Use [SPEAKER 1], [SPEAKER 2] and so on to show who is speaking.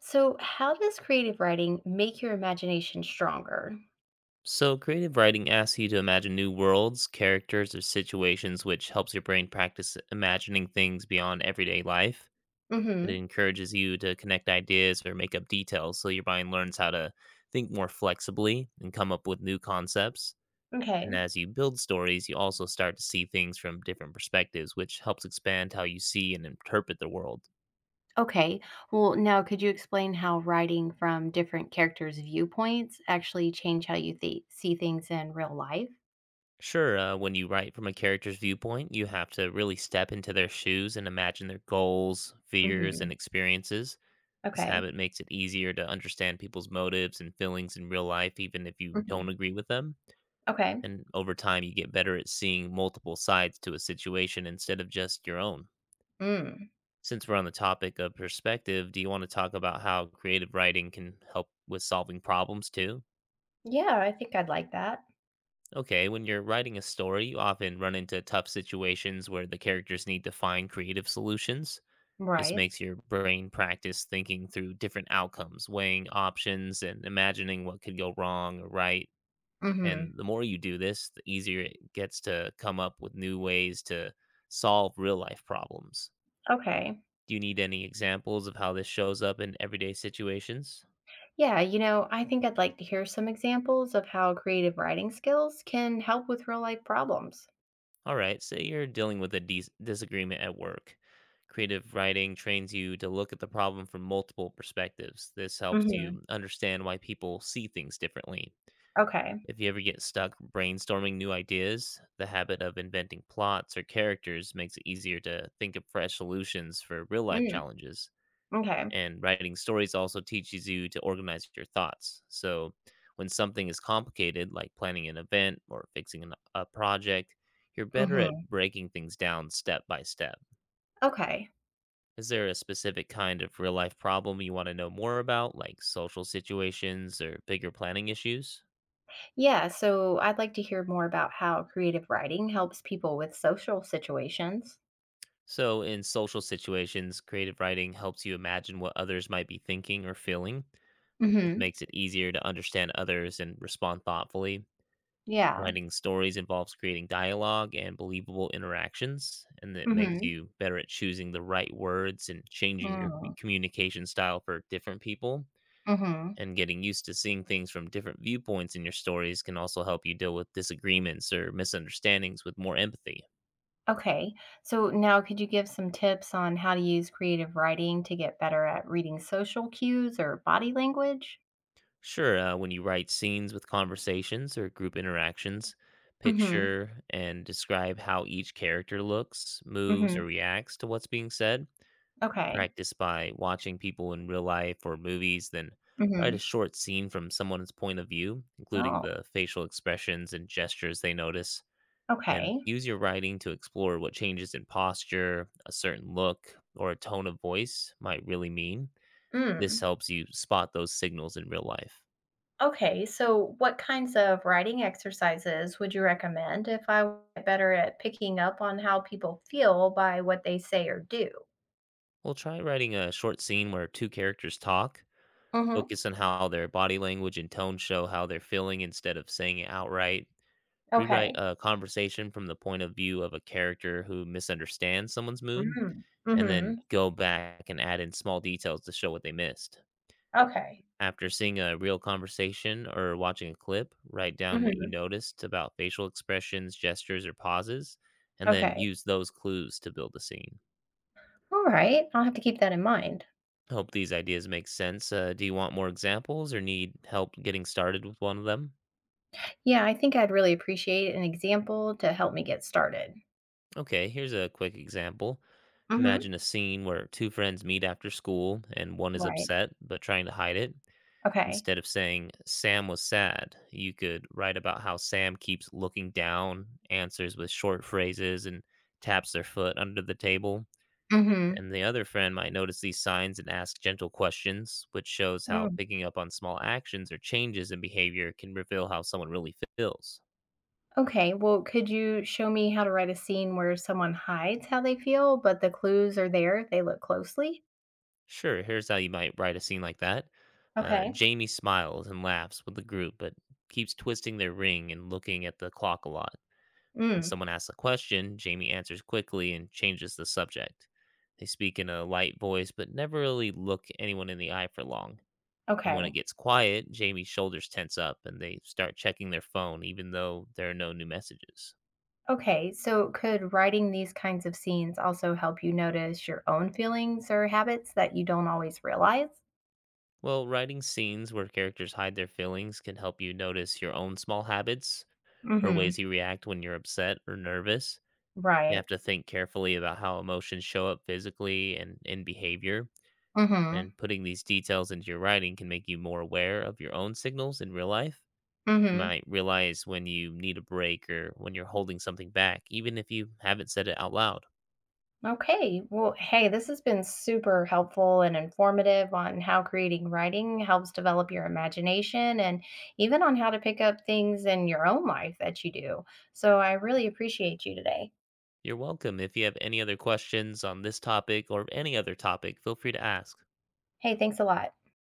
[SPEAKER 1] So, how does creative writing make your imagination stronger?
[SPEAKER 2] So, creative writing asks you to imagine new worlds, characters, or situations, which helps your brain practice imagining things beyond everyday life. It
[SPEAKER 1] Mhm.
[SPEAKER 2] encourages you to connect ideas or make up details so your mind learns how to think more flexibly and come up with new concepts. And
[SPEAKER 1] Okay.
[SPEAKER 2] as you build stories, you also start to see things from different perspectives, which helps expand how you see and interpret the world.
[SPEAKER 1] Okay. Well, now could you explain how writing from different characters' viewpoints actually change how you see things in real life?
[SPEAKER 2] Sure, when you write from a character's viewpoint, you have to really step into their shoes and imagine their goals, fears,
[SPEAKER 1] Mhm.
[SPEAKER 2] and experiences. This
[SPEAKER 1] Okay.
[SPEAKER 2] habit makes it easier to understand people's motives and feelings in real life, even if you don't
[SPEAKER 1] Mhm.
[SPEAKER 2] agree with them.
[SPEAKER 1] Okay.
[SPEAKER 2] And over time, you get better at seeing multiple sides to a situation instead of just your own.
[SPEAKER 1] Mm.
[SPEAKER 2] Since we're on the topic of perspective, do you want to talk about how creative writing can help with solving problems too?
[SPEAKER 1] Yeah, I think I'd like that.
[SPEAKER 2] Okay, when you're writing a story, you often run into tough situations where the characters need to find creative solutions. Just
[SPEAKER 1] Right.
[SPEAKER 2] makes your brain practice thinking through different outcomes, weighing options, and imagining what could go wrong or right. And
[SPEAKER 1] Mhm.
[SPEAKER 2] the more you do this, the easier it gets to come up with new ways to solve real life problems.
[SPEAKER 1] Okay.
[SPEAKER 2] Do you need any examples of how this shows up in everyday situations?
[SPEAKER 1] Yeah, you know, I think I'd like to hear some examples of how creative writing skills can help with real life problems.
[SPEAKER 2] All right, say you're dealing with a disagreement at work. Creative writing trains you to look at the problem from multiple perspectives. This helps
[SPEAKER 1] Mhm.
[SPEAKER 2] you understand why people see things differently.
[SPEAKER 1] Okay.
[SPEAKER 2] If you ever get stuck brainstorming new ideas, the habit of inventing plots or characters makes it easier to think of fresh solutions for real life
[SPEAKER 1] Mm.
[SPEAKER 2] challenges.
[SPEAKER 1] Okay.
[SPEAKER 2] And writing stories also teaches you to organize your thoughts. So when something is complicated, like planning an event or fixing a project, you're better at
[SPEAKER 1] Mhm.
[SPEAKER 2] breaking things down step by step.
[SPEAKER 1] Okay.
[SPEAKER 2] Is there a specific kind of real life problem you want to know more about, like social situations or bigger planning issues?
[SPEAKER 1] Yeah. So I'd like to hear more about how creative writing helps people with social situations.
[SPEAKER 2] So, in social situations, creative writing helps you imagine what others might be thinking or feeling. This
[SPEAKER 1] Hmm.
[SPEAKER 2] makes it easier to understand others and respond thoughtfully.
[SPEAKER 1] Yeah.
[SPEAKER 2] Writing stories involves creating dialogue and believable interactions, and it makes
[SPEAKER 1] Hmm.
[SPEAKER 2] you better at choosing the right words and changing your communication style for different people.
[SPEAKER 1] Mm-hmm.
[SPEAKER 2] And getting used to seeing things from different viewpoints in your stories can also help you deal with disagreements or misunderstandings with more empathy.
[SPEAKER 1] Okay. So now could you give some tips on how to use creative writing to get better at reading social cues or body language?
[SPEAKER 2] Sure, when you write scenes with conversations or group interactions,
[SPEAKER 1] Hmm.
[SPEAKER 2] picture and describe how each character looks, moves, or
[SPEAKER 1] Hmm.
[SPEAKER 2] reacts to what's being said.
[SPEAKER 1] Okay.
[SPEAKER 2] Practice by watching people in real life or movies, then write a
[SPEAKER 1] Hmm.
[SPEAKER 2] short scene from someone's point of view, including
[SPEAKER 1] Oh,
[SPEAKER 2] the facial expressions and gestures they notice. And
[SPEAKER 1] okay.
[SPEAKER 2] use your writing to explore what changes in posture, a certain look, or a tone of voice might really mean. This
[SPEAKER 1] Mm.
[SPEAKER 2] helps you spot those signals in real life.
[SPEAKER 1] Okay, so what kinds of writing exercises would you recommend if I were better at picking up on how people feel by what they say or do?
[SPEAKER 2] Well, try writing a short scene where two characters talk.
[SPEAKER 1] Hmm.
[SPEAKER 2] Focus on how their body language and tone show how they're feeling instead of saying it outright. Rewrite
[SPEAKER 1] Okay.
[SPEAKER 2] a conversation from the point of view of a character who misunderstands someone's mood,
[SPEAKER 1] Mm.
[SPEAKER 2] and then
[SPEAKER 1] Hmm.
[SPEAKER 2] go back and add in small details to show what they missed.
[SPEAKER 1] Okay.
[SPEAKER 2] After seeing a real conversation or watching a clip, write down what you
[SPEAKER 1] Hmm.
[SPEAKER 2] noticed about facial expressions, gestures, or pauses, and then
[SPEAKER 1] Okay.
[SPEAKER 2] use those clues to build a scene.
[SPEAKER 1] All right. I'll have to keep that in mind.
[SPEAKER 2] Hope these ideas make sense. Do you want more examples or need help getting started with one of them?
[SPEAKER 1] Yeah, I think I'd really appreciate an example to help me get started.
[SPEAKER 2] Okay, here's a quick example.
[SPEAKER 1] Hmm.
[SPEAKER 2] Imagine a scene where two friends meet after school and one is
[SPEAKER 1] Right.
[SPEAKER 2] upset but trying to hide it.
[SPEAKER 1] Okay.
[SPEAKER 2] Instead of saying Sam was sad, you could write about how Sam keeps looking down, answers with short phrases, and taps their foot under the table.
[SPEAKER 1] Hmm.
[SPEAKER 2] And the other friend might notice these signs and ask gentle questions, which shows how
[SPEAKER 1] Mm.
[SPEAKER 2] picking up on small actions or changes in behavior can reveal how someone really feels.
[SPEAKER 1] Okay. Well, could you show me how to write a scene where someone hides how they feel, but the clues are there if they look closely?
[SPEAKER 2] Sure, here's how you might write a scene like that.
[SPEAKER 1] Okay.
[SPEAKER 2] Jamie smiles and laughs with the group, but keeps twisting their ring and looking at the clock a lot. When
[SPEAKER 1] Mm,
[SPEAKER 2] someone asks a question, Jamie answers quickly and changes the subject. They speak in a light voice, but never really look anyone in the eye for long. And when
[SPEAKER 1] okay.
[SPEAKER 2] it gets quiet, Jamie's shoulders tense up and they start checking their phone, even though there are no new messages.
[SPEAKER 1] Okay. So, could writing these kinds of scenes also help you notice your own feelings or habits that you don't always realize?
[SPEAKER 2] Well, writing scenes where characters hide their feelings can help you notice your own small habits or
[SPEAKER 1] Mm-hmm.
[SPEAKER 2] ways you react when you're upset or nervous. You
[SPEAKER 1] Right.
[SPEAKER 2] have to think carefully about how emotions show up physically and in behavior.
[SPEAKER 1] Mm-hmm.
[SPEAKER 2] And putting these details into your writing can make you more aware of your own signals in real life. You
[SPEAKER 1] Mm-hmm.
[SPEAKER 2] might realize when you need a break or when you're holding something back, even if you haven't said it out loud.
[SPEAKER 1] Okay. Well, hey, this has been super helpful and informative on how creating writing helps develop your imagination and even on how to pick up things in your own life that you do. So, I really appreciate you today.
[SPEAKER 2] You're welcome. If you have any other questions on this topic or any other topic, feel free to ask.
[SPEAKER 1] Hey, thanks a lot.